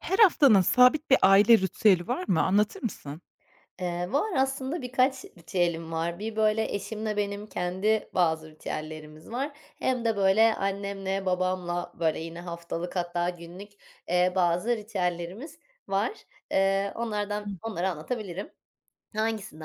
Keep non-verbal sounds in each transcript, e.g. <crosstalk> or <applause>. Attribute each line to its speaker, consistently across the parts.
Speaker 1: Her haftanın sabit bir aile ritüeli var mı? Anlatır mısın?
Speaker 2: Var aslında birkaç ritüelim var. Bir böyle eşimle benim kendi bazı ritüellerimiz var. Hem de böyle annemle, babamla böyle yine haftalık hatta günlük, bazı ritüellerimiz var. Onlardan
Speaker 1: Hı.
Speaker 2: onları anlatabilirim.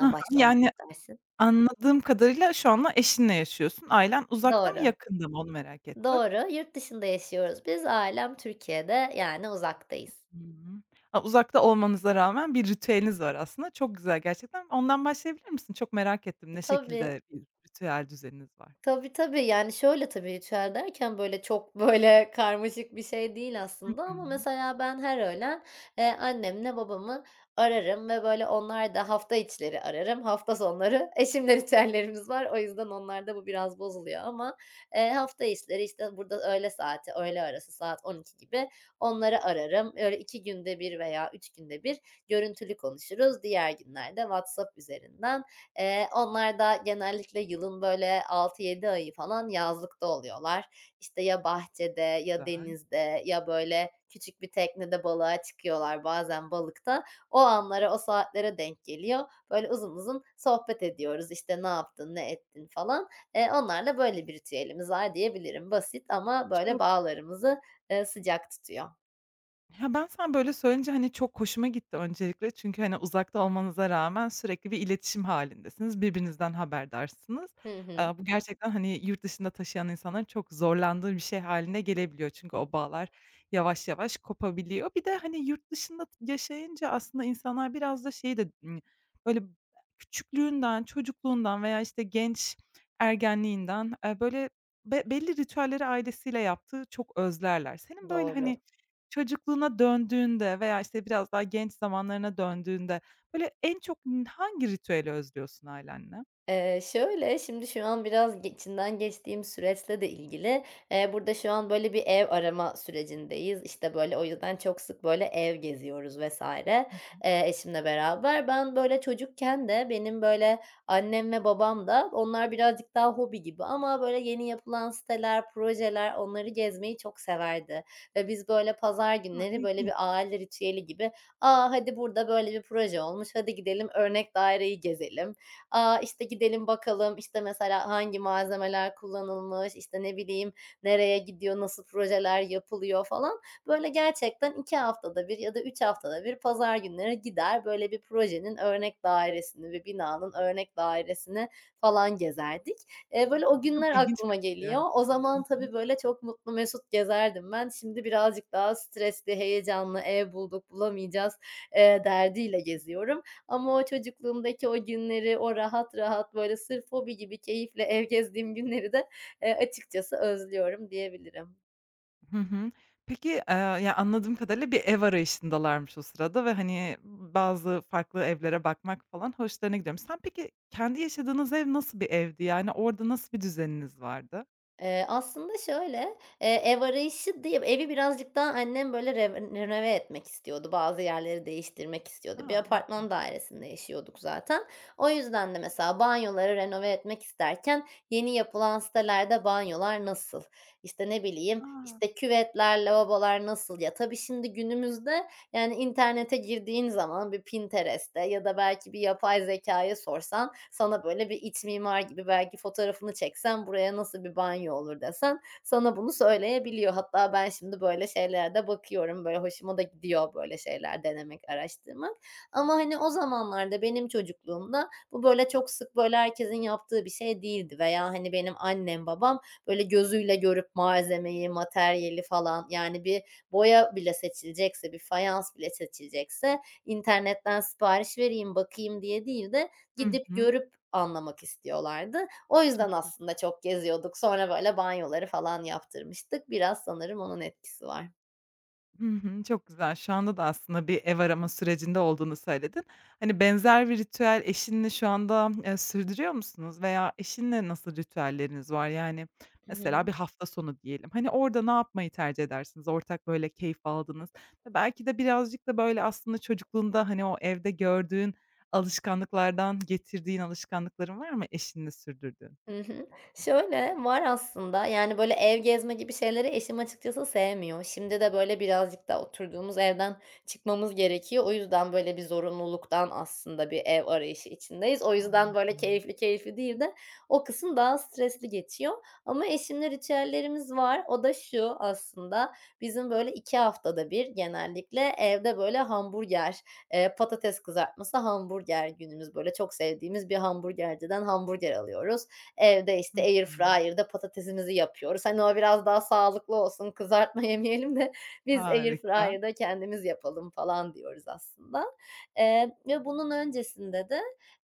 Speaker 1: Hı hı.
Speaker 2: başlamamı istersin?
Speaker 1: Anladığım kadarıyla şu anda eşinle yaşıyorsun. Ailen uzakta mı,
Speaker 2: Doğru,
Speaker 1: yakında mı? Onu merak ettim.
Speaker 2: doğru. Yurt dışında yaşıyoruz biz. Ailem Türkiye'de, yani uzaktayız.
Speaker 1: Hı hı. A, uzakta olmanıza rağmen bir ritüeliniz var aslında. Çok güzel gerçekten. Ondan başlayabilir misin? Çok merak ettim, ne
Speaker 2: Tabii.
Speaker 1: şekilde bir ritüel düzeniniz var?
Speaker 2: Tabii, tabii. Yani, şöyle tabii, ritüel derken, böyle, çok, böyle, karmaşık bir şey değil
Speaker 1: Hı
Speaker 2: aslında
Speaker 1: hı.
Speaker 2: ama mesela ben her öğlen, annemle babamı ararım ve, böyle, onlar da hafta içleri ararım, hafta sonları <laughs> eşimle ritüellerimiz var. O yüzden onlarda bu biraz bozuluyor ama, hafta içleri, işte, burada öğle saati, öğle arası saat 12 gibi onları ararım. Öyle 2 günde bir veya 3 günde bir görüntülü konuşuruz. Diğer günlerde WhatsApp üzerinden. Onlar da genellikle yılın böyle altı yedi ayı falan yazlıkta oluyorlar. İşte ya bahçede ya
Speaker 1: Güzel.
Speaker 2: denizde ya böyle küçük bir teknede balığa çıkıyorlar bazen balıkta. O anlara, o saatlere denk geliyor. Böyle uzun uzun sohbet ediyoruz. İşte ne yaptın, ne ettin falan. Onlarla böyle bir ritüelimiz var diyebilirim. Basit ama böyle
Speaker 1: Çok.
Speaker 2: bağlarımızı, sıcak tutuyor.
Speaker 1: Ya, ben sen böyle söyleyince, çok hoşuma gitti öncelikle. Çünkü, hani, uzakta olmanıza rağmen sürekli bir iletişim halindesiniz, birbirinizden haberdarsınız.
Speaker 2: Hı hı.
Speaker 1: Bu gerçekten, hani, yurt dışında taşıyan insanların çok zorlandığı bir şey haline gelebiliyor. Çünkü o bağlar yavaş yavaş kopabiliyor. Bir de, hani, yurt dışında yaşayınca aslında insanlar biraz da şeyi de, böyle küçüklüğünden, çocukluğundan veya, işte, genç ergenliğinden, böyle belli ritüelleri ailesiyle yaptığı çok özlerler. Senin böyle,
Speaker 2: Doğru.
Speaker 1: hani, çocukluğuna döndüğünde veya, işte, biraz daha genç zamanlarına döndüğünde, böyle, en çok hangi ritüeli özlüyorsun ailenle?
Speaker 2: Şöyle, şimdi şu an biraz içinden geçtiğim süreçle de ilgili, burada şu an böyle bir ev arama sürecindeyiz. İşte, böyle, o yüzden çok sık, böyle, ev geziyoruz vesaire,
Speaker 1: Hı hı.
Speaker 2: eşimle beraber. Ben, böyle, çocukken de benim, böyle, annem ve babam da onlar birazcık daha hobi gibi ama, böyle, yeni yapılan siteler, projeler onları gezmeyi çok severdi ve biz, böyle, pazar
Speaker 1: A,
Speaker 2: günleri, böyle, bir
Speaker 1: ilginç.
Speaker 2: aile ritüeli gibi, "Aa hadi burada böyle bir proje olmuş, hadi gidelim örnek daireyi gezelim." A, işte, gidelim bakalım, işte, mesela hangi malzemeler kullanılmış, işte, ne bileyim, nereye gidiyor, nasıl projeler yapılıyor falan. Böyle gerçekten 2 haftada bir ya da 3 haftada bir pazar günleri gider, böyle bir projenin örnek dairesini ve binanın örnek dairesini falan gezerdik. Böyle o günler
Speaker 1: Çok ilginç
Speaker 2: aklıma
Speaker 1: bir ritüel.
Speaker 2: geliyor. O zaman tabii, böyle, çok mutlu mesut gezerdim ben. Şimdi birazcık daha stresli, heyecanlı, ev bulduk, bulamayacağız, derdiyle geziyorum. Ama o çocukluğumdaki o günleri, o rahat rahat, böyle, sırf hobi gibi keyifle ev gezdiğim günleri de, açıkçası özlüyorum diyebilirim.
Speaker 1: Hı hı. Peki, ya, anladığım kadarıyla bir ev arayışındalarmış o sırada ve, hani, bazı farklı evlere bakmak falan hoşlarına gidiyormuş. Sen peki kendi yaşadığınız ev nasıl bir evdi? Yani, orada nasıl bir düzeniniz vardı?
Speaker 2: Aslında şöyle, ev arayışı değil, evi birazcık daha annem, böyle, renove etmek istiyordu. Bazı yerleri değiştirmek istiyordu. Bir
Speaker 1: A,
Speaker 2: apartman
Speaker 1: ilginç.
Speaker 2: dairesinde yaşıyorduk zaten. O yüzden de mesela banyoları renove etmek isterken yeni yapılan sitelerde banyolar nasıl, İşte ne bileyim,
Speaker 1: A!
Speaker 2: işte, küvetler, lavabolar nasıl? Ya, tabii şimdi günümüzde, yani internete girdiğin zaman bir Pinterest'te ya da belki bir yapay zekâya sorsan, sana böyle bir iç mimar gibi belki fotoğrafını çeksen buraya nasıl bir banyo olur desen sana bunu söyleyebiliyor. Hatta ben şimdi böyle şeylerde bakıyorum. Böyle hoşuma da gidiyor böyle şeyler denemek, araştırmak. Ama hani o zamanlarda benim çocukluğumda bu böyle çok sık böyle herkesin yaptığı bir şey değildi veya hani benim annem babam böyle gözüyle görüp malzemeyi, materyali falan yani bir boya bile seçilecekse, bir fayans bile seçilecekse internetten sipariş vereyim, bakayım diye değil de
Speaker 1: Hı
Speaker 2: gidip
Speaker 1: hı.
Speaker 2: görüp anlamak istiyorlardı. O yüzden
Speaker 1: Çok güzel.
Speaker 2: aslında çok geziyorduk. Sonra böyle banyoları falan yaptırmıştık. Biraz sanırım onun etkisi var.
Speaker 1: Hı hı, çok güzel. Şu anda da aslında bir ev arama sürecinde olduğunu söyledin. Hani, benzer bir ritüel eşinle şu anda, sürdürüyor musunuz veya eşinle nasıl ritüelleriniz var? Yani,
Speaker 2: Hı
Speaker 1: mesela
Speaker 2: hı.
Speaker 1: bir hafta sonu diyelim, hani, orada ne yapmayı tercih edersiniz? Ortak böyle keyif aldınız ve belki de birazcık da böyle aslında çocukluğunda, hani, o evde gördüğün alışkanlıklardan getirdiğin alışkanlıkların var mı eşinle sürdürdüğün?
Speaker 2: Hı hı. Şöyle, var aslında, yani, böyle, ev gezme gibi şeyleri eşim açıkçası sevmiyor. Şimdi de, böyle, birazcık da oturduğumuz evden çıkmamız gerekiyor. O yüzden, böyle, bir zorunluluktan aslında bir ev arayışı içindeyiz. O yüzden, böyle,
Speaker 1: Anladım.
Speaker 2: keyifli keyifli değil de o kısım daha stresli geçiyor ama eşimle ritüellerimiz var. O da şu aslında, bizim, böyle, 2 haftada bir genellikle evde, böyle, hamburger, patates kızartması hamburger günümüz. Böyle, çok sevdiğimiz bir hamburgerciden hamburger alıyoruz. Evde,
Speaker 1: Hı
Speaker 2: işte, air
Speaker 1: hı.
Speaker 2: fryer'da patatesimizi yapıyoruz. Hani, o biraz daha sağlıklı olsun, kızartma yemeyelim de <laughs> biz air
Speaker 1: Harika,
Speaker 2: fryer'da kendimiz yapalım falan diyoruz aslında. Ve bunun öncesinde de,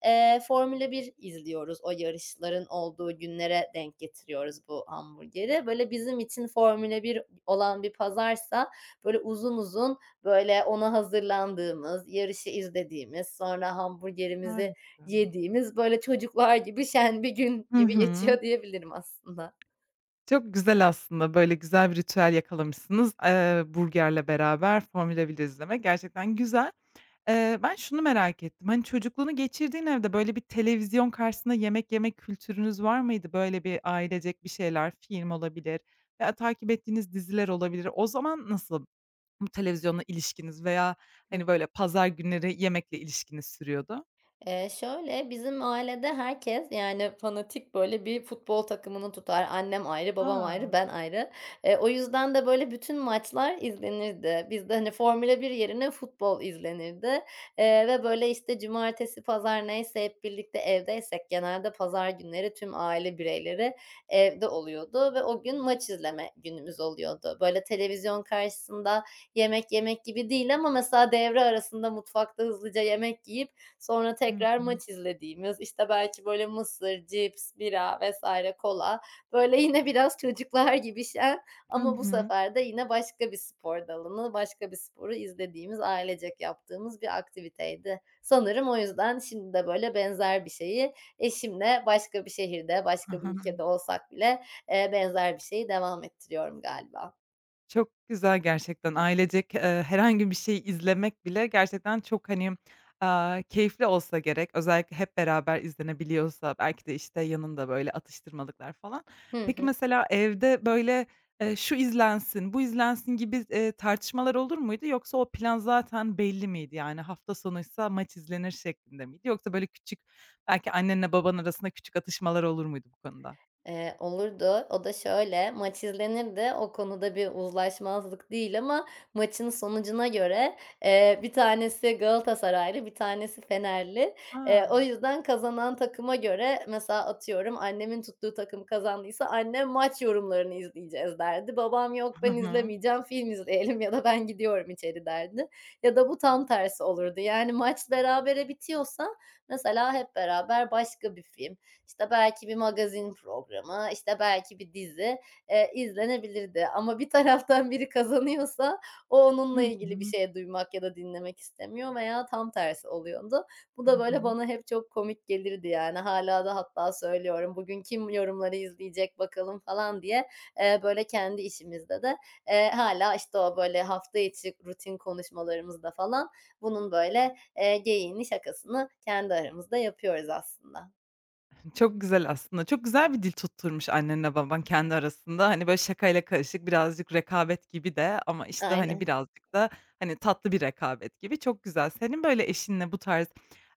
Speaker 2: Formula 1 izliyoruz. O yarışların olduğu günlere denk getiriyoruz bu hamburgeri. Böyle, bizim için Formula bir olan bir pazarsa, böyle, uzun uzun, böyle, ona hazırlandığımız, yarışı izlediğimiz, sonra hamburgerimizi
Speaker 1: harika.
Speaker 2: yediğimiz, böyle, çocuklar gibi şen bir gün
Speaker 1: Hı
Speaker 2: gibi
Speaker 1: hı.
Speaker 2: geçiyor diyebilirim aslında.
Speaker 1: Çok güzel aslında, böyle güzel bir ritüel yakalamışsınız, burgerle beraber Formula 1 izleme gerçekten güzel. Ben şunu merak ettim, hani, çocukluğunu geçirdiğin evde, böyle, bir televizyon karşısında yemek yemek kültürünüz var mıydı? Böyle bir ailecek bir şeyler, film olabilir veya takip ettiğiniz diziler olabilir. O zaman nasıl bu televizyonla ilişkiniz veya, hani, böyle, pazar günleri yemekle ilişkiniz sürüyordu?
Speaker 2: Şöyle, bizim ailede herkes, yani, fanatik, böyle, bir futbol takımını tutar. Annem ayrı, babam
Speaker 1: A!
Speaker 2: ayrı, ben ayrı. O yüzden de, böyle, bütün maçlar izlenirdi. Bizde, hani, Formula bir yerine futbol izlenirdi, ve, böyle, işte, cumartesi, pazar neyse hep birlikte evdeysek genelde pazar günleri tüm aile bireyleri evde oluyordu ve o gün maç izleme günümüz oluyordu. Böyle, televizyon karşısında yemek yemek gibi değil ama mesela devre arasında mutfakta hızlıca yemek yiyip sonra
Speaker 1: Hı
Speaker 2: tekrar
Speaker 1: hı.
Speaker 2: maç izlediğimiz, işte, belki, böyle, mısır, cips, bira vesaire, kola, böyle, yine biraz çocuklar gibi şen
Speaker 1: Hı
Speaker 2: ama bu
Speaker 1: hı.
Speaker 2: sefer de yine başka bir spor dalını, başka bir sporu izlediğimiz, ailecek yaptığımız bir aktiviteydi. Sanırım o yüzden şimdi de, böyle, benzer bir şeyi eşimle başka bir şehirde,
Speaker 1: Hı
Speaker 2: başka bir
Speaker 1: hı.
Speaker 2: ülkede olsak bile, benzer bir şeyi devam ettiriyorum galiba.
Speaker 1: Çok güzel gerçekten. Ailecek, herhangi bir şey izlemek bile gerçekten çok, hani, aaa, keyifli olsa gerek. Özellikle hep beraber izlenebiliyorsa belki de, işte, yanında, böyle, atıştırmalıklar falan.
Speaker 2: Hı
Speaker 1: Peki,
Speaker 2: hı.
Speaker 1: mesela evde, böyle, "Şu izlensin, bu izlensin." gibi, tartışmalar olur muydu yoksa o plan zaten belli miydi? Yani, hafta sonuysa maç izlenir şeklinde miydi yoksa, böyle, küçük, belki annenle baban arasında küçük atışmalar olur muydu bu konuda?
Speaker 2: Olurdu. O da şöyle, maç izlenirdi. O konuda bir uzlaşmazlık değil ama maçın sonucuna göre, bir tanesi Galatasaraylı, bir tanesi Fenerli. O
Speaker 1: A!
Speaker 2: yüzden kazanan takıma göre mesela atıyorum annemin tuttuğu takım kazandıysa annem maç yorumlarını izleyeceğiz derdi. Babam yok
Speaker 1: Hı
Speaker 2: ben
Speaker 1: hı.
Speaker 2: izlemeyeceğim film izleyelim ya da ben gidiyorum içeri derdi. Ya da bu tam tersi olurdu. Yani maç berabere bitiyorsa mesela hep beraber başka bir film, işte, belki bir magazin programı, işte, belki bir dizi, izlenebilirdi ama bir taraftan biri kazanıyorsa o
Speaker 1: Hı
Speaker 2: onunla ilgili bir
Speaker 1: hı.
Speaker 2: şey duymak ya da dinlemek istemiyor veya tam tersi oluyordu. Bu
Speaker 1: Hı
Speaker 2: da, böyle,
Speaker 1: hı.
Speaker 2: bana hep çok komik gelirdi, yani. Hala da hatta söylüyorum, "Bugün kim yorumları izleyecek bakalım." falan diye, böyle, kendi işimizde de, hâlâ, işte, o, böyle, hafta içi rutin konuşmalarımızda falan bunun, böyle, geyiğini, şakasını kendi aramızda yapıyoruz aslında.
Speaker 1: Çok güzel aslında. Çok güzel bir dil tutturmuş annenle baban kendi arasında. Hani, böyle, şakayla karışık birazcık rekabet gibi de ama, işte, hani,
Speaker 2: Aynen.
Speaker 1: birazcık da, hani, tatlı bir rekabet gibi. Çok güzel. Senin, böyle, eşinle bu tarz,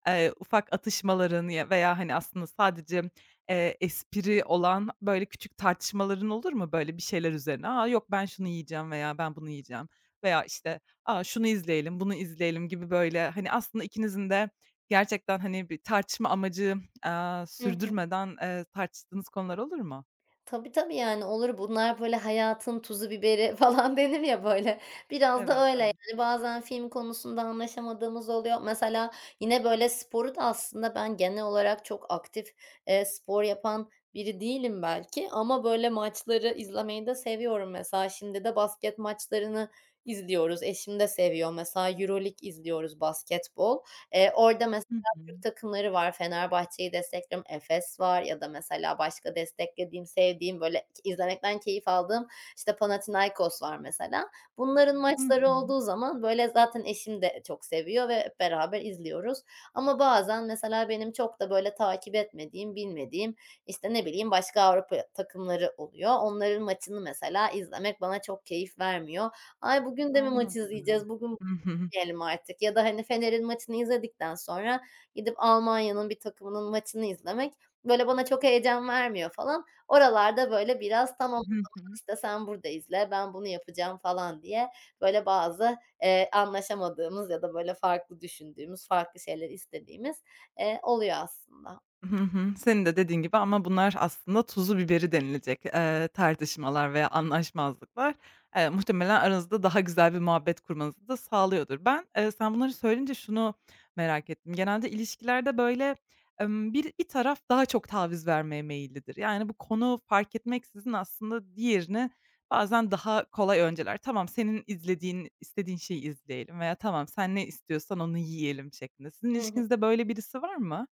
Speaker 1: ufak atışmaların ya veya, hani, aslında sadece, espri olan, böyle, küçük tartışmaların olur mu? Böyle, bir şeyler üzerine, "Aa yok ben şunu yiyeceğim." veya "Ben bunu yiyeceğim." veya, işte, "aa şunu izleyelim, bunu izleyelim." gibi, böyle, hani, aslında ikinizin de gerçekten, hani, bir tartışma amacı aaa,
Speaker 2: Hı hı.
Speaker 1: sürdürmeden, tartıştığınız konular olur mu?
Speaker 2: Tabii, tabii, yani olur. Bunlar böyle hayatın tuzu biberi <laughs> falan denir ya böyle. Biraz da
Speaker 1: Evet,
Speaker 2: öyle
Speaker 1: evet.
Speaker 2: yani. Bazen film konusunda anlaşamadığımız oluyor. Mesela yine böyle sporu da aslında ben genel olarak çok aktif, spor yapan biri değilim belki ama böyle maçları izlemeyi de seviyorum. Mesela şimdi de basket maçlarını izliyoruz. Eşim de seviyor. Mesela EuroLeague izliyoruz basketbol. Orada
Speaker 1: Hı hı.
Speaker 2: Türk takımları var. Fenerbahçe'yi destekliyorum. Efes var ya da mesela başka desteklediğim, sevdiğim, böyle izlemekten keyif aldığım, işte, Panathinaikos var mesela. Bunların
Speaker 1: Hı
Speaker 2: maçları
Speaker 1: hı.
Speaker 2: olduğu zaman, böyle, zaten eşim de çok seviyor ve hep beraber izliyoruz. Ama bazen mesela benim çok da, böyle, takip etmediğim, bilmediğim, işte, ne bileyim, başka Avrupa takımları oluyor. Onların maçını mesela izlemek bana çok keyif vermiyor. "Ay, bugün de mi maç
Speaker 1: Anladım.
Speaker 2: izleyeceğiz? Bugün
Speaker 1: Hı hı.
Speaker 2: gitmeyelim artık ya da, hani, Fener'in maçını izledikten sonra gidip Almanya'nın bir takımının maçını izlemek, böyle, bana çok heyecan vermiyor" falan. Oralarda, böyle, biraz tamam,
Speaker 1: Hı
Speaker 2: o
Speaker 1: hı.
Speaker 2: işte, sen burada izle, ben bunu yapacağım falan diye, böyle, bazı, anlaşamadığımız ya da, böyle, farklı düşündüğümüz, farklı şeyler istediğimiz, oluyor aslında.
Speaker 1: Hı hı. Senin de dediğin gibi ama bunlar aslında tuzu biberi denilecek, tartışmalar veya anlaşmazlıklar. Muhtemelen aranızda daha güzel bir muhabbet kurmanızı da sağlıyordur. Ben, sen bunları söyleyince şunu merak ettim. Genelde ilişkilerde, böyle, bir taraf daha çok taviz vermeye meyillidir. Yani, bu konu fark etmeksizin aslında diğerini bazen daha kolay önceler. "Tamam, senin izlediğin, istediğin şeyi izleyelim." veya "Tamam, sen ne istiyorsan onu yiyelim." şeklinde. Sizin
Speaker 2: Hı hı.
Speaker 1: ilişkinizde böyle birisi var mı?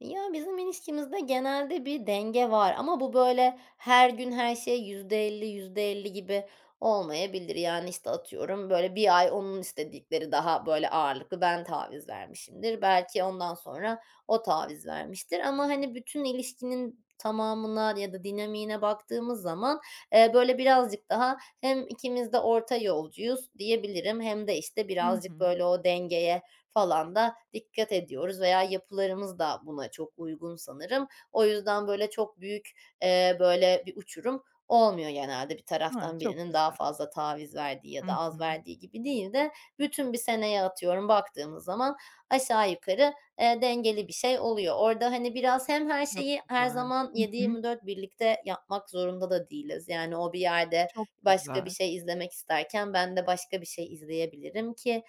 Speaker 2: Ya, bizim ilişkimizde genelde bir denge var ama bu böyle her gün her şey yüzde elli yüzde elli gibi olmayabilir. Yani, işte, atıyorum, böyle, bir ay onun istedikleri daha, böyle, ağırlıklı ben taviz vermişimdir. Belki ondan sonra o taviz vermiştir ama, hani, bütün ilişkinin tamamına ya da dinamiğine baktığımız zaman, böyle, birazcık daha hem ikimiz de orta yolcuyuz diyebilirim hem de, işte,
Speaker 1: Hı
Speaker 2: birazcık,
Speaker 1: hı.
Speaker 2: böyle, o dengeye falan da dikkat ediyoruz veya yapılarımız da buna çok uygun sanırım. O yüzden böyle çok büyük, böyle bir uçurum olmuyor genelde. Bir
Speaker 1: Ha,
Speaker 2: taraftan
Speaker 1: çok
Speaker 2: birinin daha
Speaker 1: güzel.
Speaker 2: fazla taviz verdiği ya
Speaker 1: Hı
Speaker 2: da az
Speaker 1: hı.
Speaker 2: verdiği gibi değil de bütün bir seneye atıyorum baktığımız zaman aşağı yukarı, dengeli bir şey oluyor. Orada, hani, biraz hem her
Speaker 1: Çok
Speaker 2: şeyi her
Speaker 1: güzel.
Speaker 2: zaman
Speaker 1: Hı hı.
Speaker 2: 7/24 birlikte yapmak zorunda da değiliz. Yani o bir yerde
Speaker 1: Çok
Speaker 2: başka bir
Speaker 1: güzel.
Speaker 2: şey izlemek isterken ben de başka bir şey izleyebilirim ki.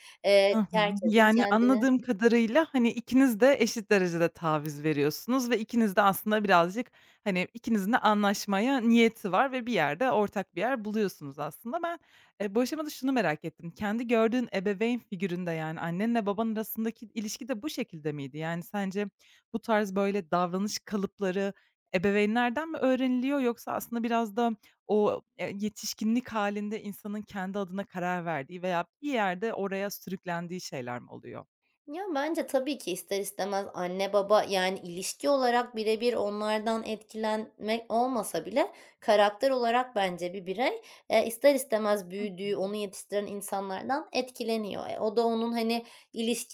Speaker 1: Hı hı.
Speaker 2: Herkesin
Speaker 1: Yani,
Speaker 2: kendine.
Speaker 1: anladığım kadarıyla, hani, ikiniz de eşit derecede taviz veriyorsunuz ve ikiniz de aslında birazcık, hani, ikinizin de anlaşmaya niyeti var ve bir yerde ortak bir yer buluyorsunuz aslında. Ben, bu aşamada şunu merak ettim. Kendi gördüğün ebeveyn figüründe, yani, annenle baban arasındaki ilişki de bu şekilde miydi? Yani, sence bu tarz, böyle, davranış kalıpları ebeveynlerden mi öğreniliyor yoksa aslında biraz da o, yetişkinlik halinde insanın kendi adına karar verdiği veya bir yerde oraya sürüklendiği şeyler mi oluyor?
Speaker 2: Ya, bence tabii ki ister istemez anne baba, yani, ilişki olarak birebir onlardan etkilenmek olmasa bile karakter olarak bence bir birey, ister istemez
Speaker 1: Hı hı.
Speaker 2: büyüdüğü, onu yetiştiren insanlardan etkileniyor. E, o da onun, hani,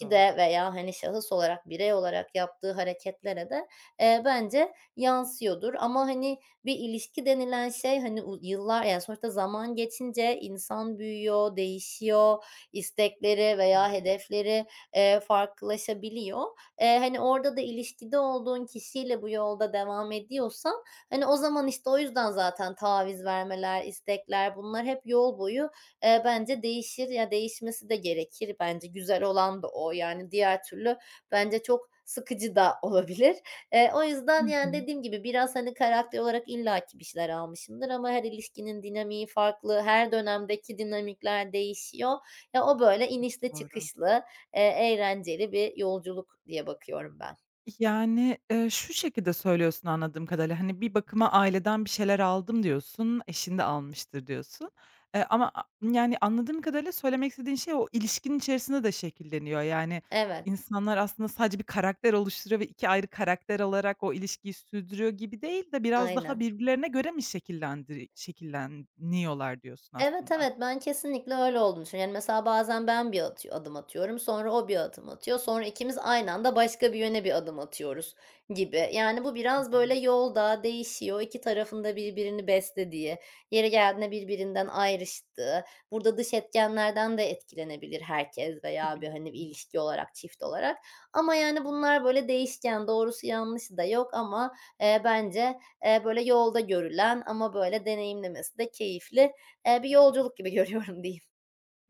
Speaker 1: Doğru.
Speaker 2: veya, hani, şahıs olarak, birey olarak yaptığı hareketlere de, bence yansıyordur. Ama, hani, bir ilişki denilen şey, hani, yıllar, yani, sonuçta zaman geçince insan büyüyor, değişiyor, istekleri veya
Speaker 1: Tabii.
Speaker 2: hedefleri farklılaşabiliyor. Hani, orada da ilişkide olduğun kişiyle bu yolda devam ediyorsan, hani, o zaman, işte, o yüzden zaten taviz vermeler, istekler bunlar hep yol boyu, bence değişir. Ya, değişmesi de gerekir bence. Güzel olan da o. Yani, diğer türlü bence çok sıkıcı da <laughs> olabilir. O
Speaker 1: Hı
Speaker 2: yüzden, yani,
Speaker 1: hı.
Speaker 2: dediğim gibi biraz, hani, karakter olarak illaki bir şeyler almışımdır ama her ilişkinin dinamiği farklı. Her dönemdeki dinamikler değişiyor. Ya, o böyle
Speaker 1: Çok
Speaker 2: inişli
Speaker 1: doğru.
Speaker 2: çıkışlı, Eee, eğlenceli bir yolculuk diye bakıyorum ben.
Speaker 1: Yani, şu şekilde söylüyorsun anladığım kadarıyla, hani, bir bakıma "Aileden bir şeyler aldım." diyorsun, "Eşin de almıştır." diyorsun. Ama yani, anladığım kadarıyla söylemek istediğin şey o ilişkinin içerisinde de şekilleniyor. Yani,
Speaker 2: Evet,
Speaker 1: insanlar aslında sadece bir karakter oluşturuyor ve 2 ayrı karakter olarak o ilişkiyi sürdürüyor gibi değil de biraz daha
Speaker 2: aynen.
Speaker 1: birbirlerine göre mi şekilleniyorlar diyorsun
Speaker 2: Evet,
Speaker 1: aslında.
Speaker 2: evet, ben kesinlikle öyle olduğunu düşünüyorum. Yani, mesela bazen ben bir adım atıyorum, sonra o bir adım atıyor, sonra ikimiz aynı anda başka bir yöne bir adım atıyoruz gibi. Yani, bu
Speaker 1: Çok
Speaker 2: biraz böyle
Speaker 1: güzel.
Speaker 2: yolda değişiyor, 2 tarafında birbirini beslediği, yeri geldiğinde birbirinden ayrıştığı, burada dış etkenlerden de etkilenebilir herkes veya bir,
Speaker 1: Tabii
Speaker 2: hani, bir
Speaker 1: ki.
Speaker 2: ilişki olarak, çift olarak ama, yani, bunlar böyle değişken, doğrusu yanlışı da yok ama, bence, böyle yolda görülen ama böyle deneyimlemesi de keyifli bir yolculuk gibi <laughs> görüyorum diyeyim.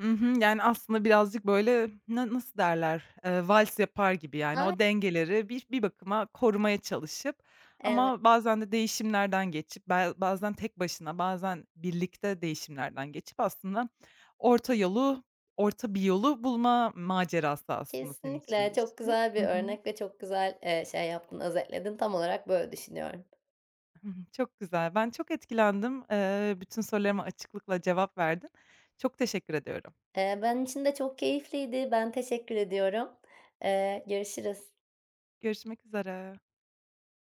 Speaker 1: Hı hı. Yani, aslında birazcık, böyle, nasıl derler, vals yapar gibi, yani,
Speaker 2: Ay,
Speaker 1: o dengeleri bir bakıma korumaya çalışıp
Speaker 2: evet,
Speaker 1: ama bazen de değişimlerden geçip, bazen tek başına, bazen birlikte değişimlerden geçip aslında orta yolu, orta bir yolu bulma macerası aslında senin için
Speaker 2: kesinlikle çok
Speaker 1: ilişki.
Speaker 2: güzel
Speaker 1: Hı
Speaker 2: bir
Speaker 1: hı.
Speaker 2: örnek ve çok güzel, şey yaptın, özetledin. Tam olarak böyle düşünüyorum.
Speaker 1: Hı hı. Çok güzel. Ben çok etkilendim. Bütün sorularıma açıklıkla cevap verdin. Çok teşekkür ediyorum.
Speaker 2: Benim için de çok keyifliydi. Ben teşekkür ediyorum. Görüşürüz.
Speaker 1: Görüşmek üzere.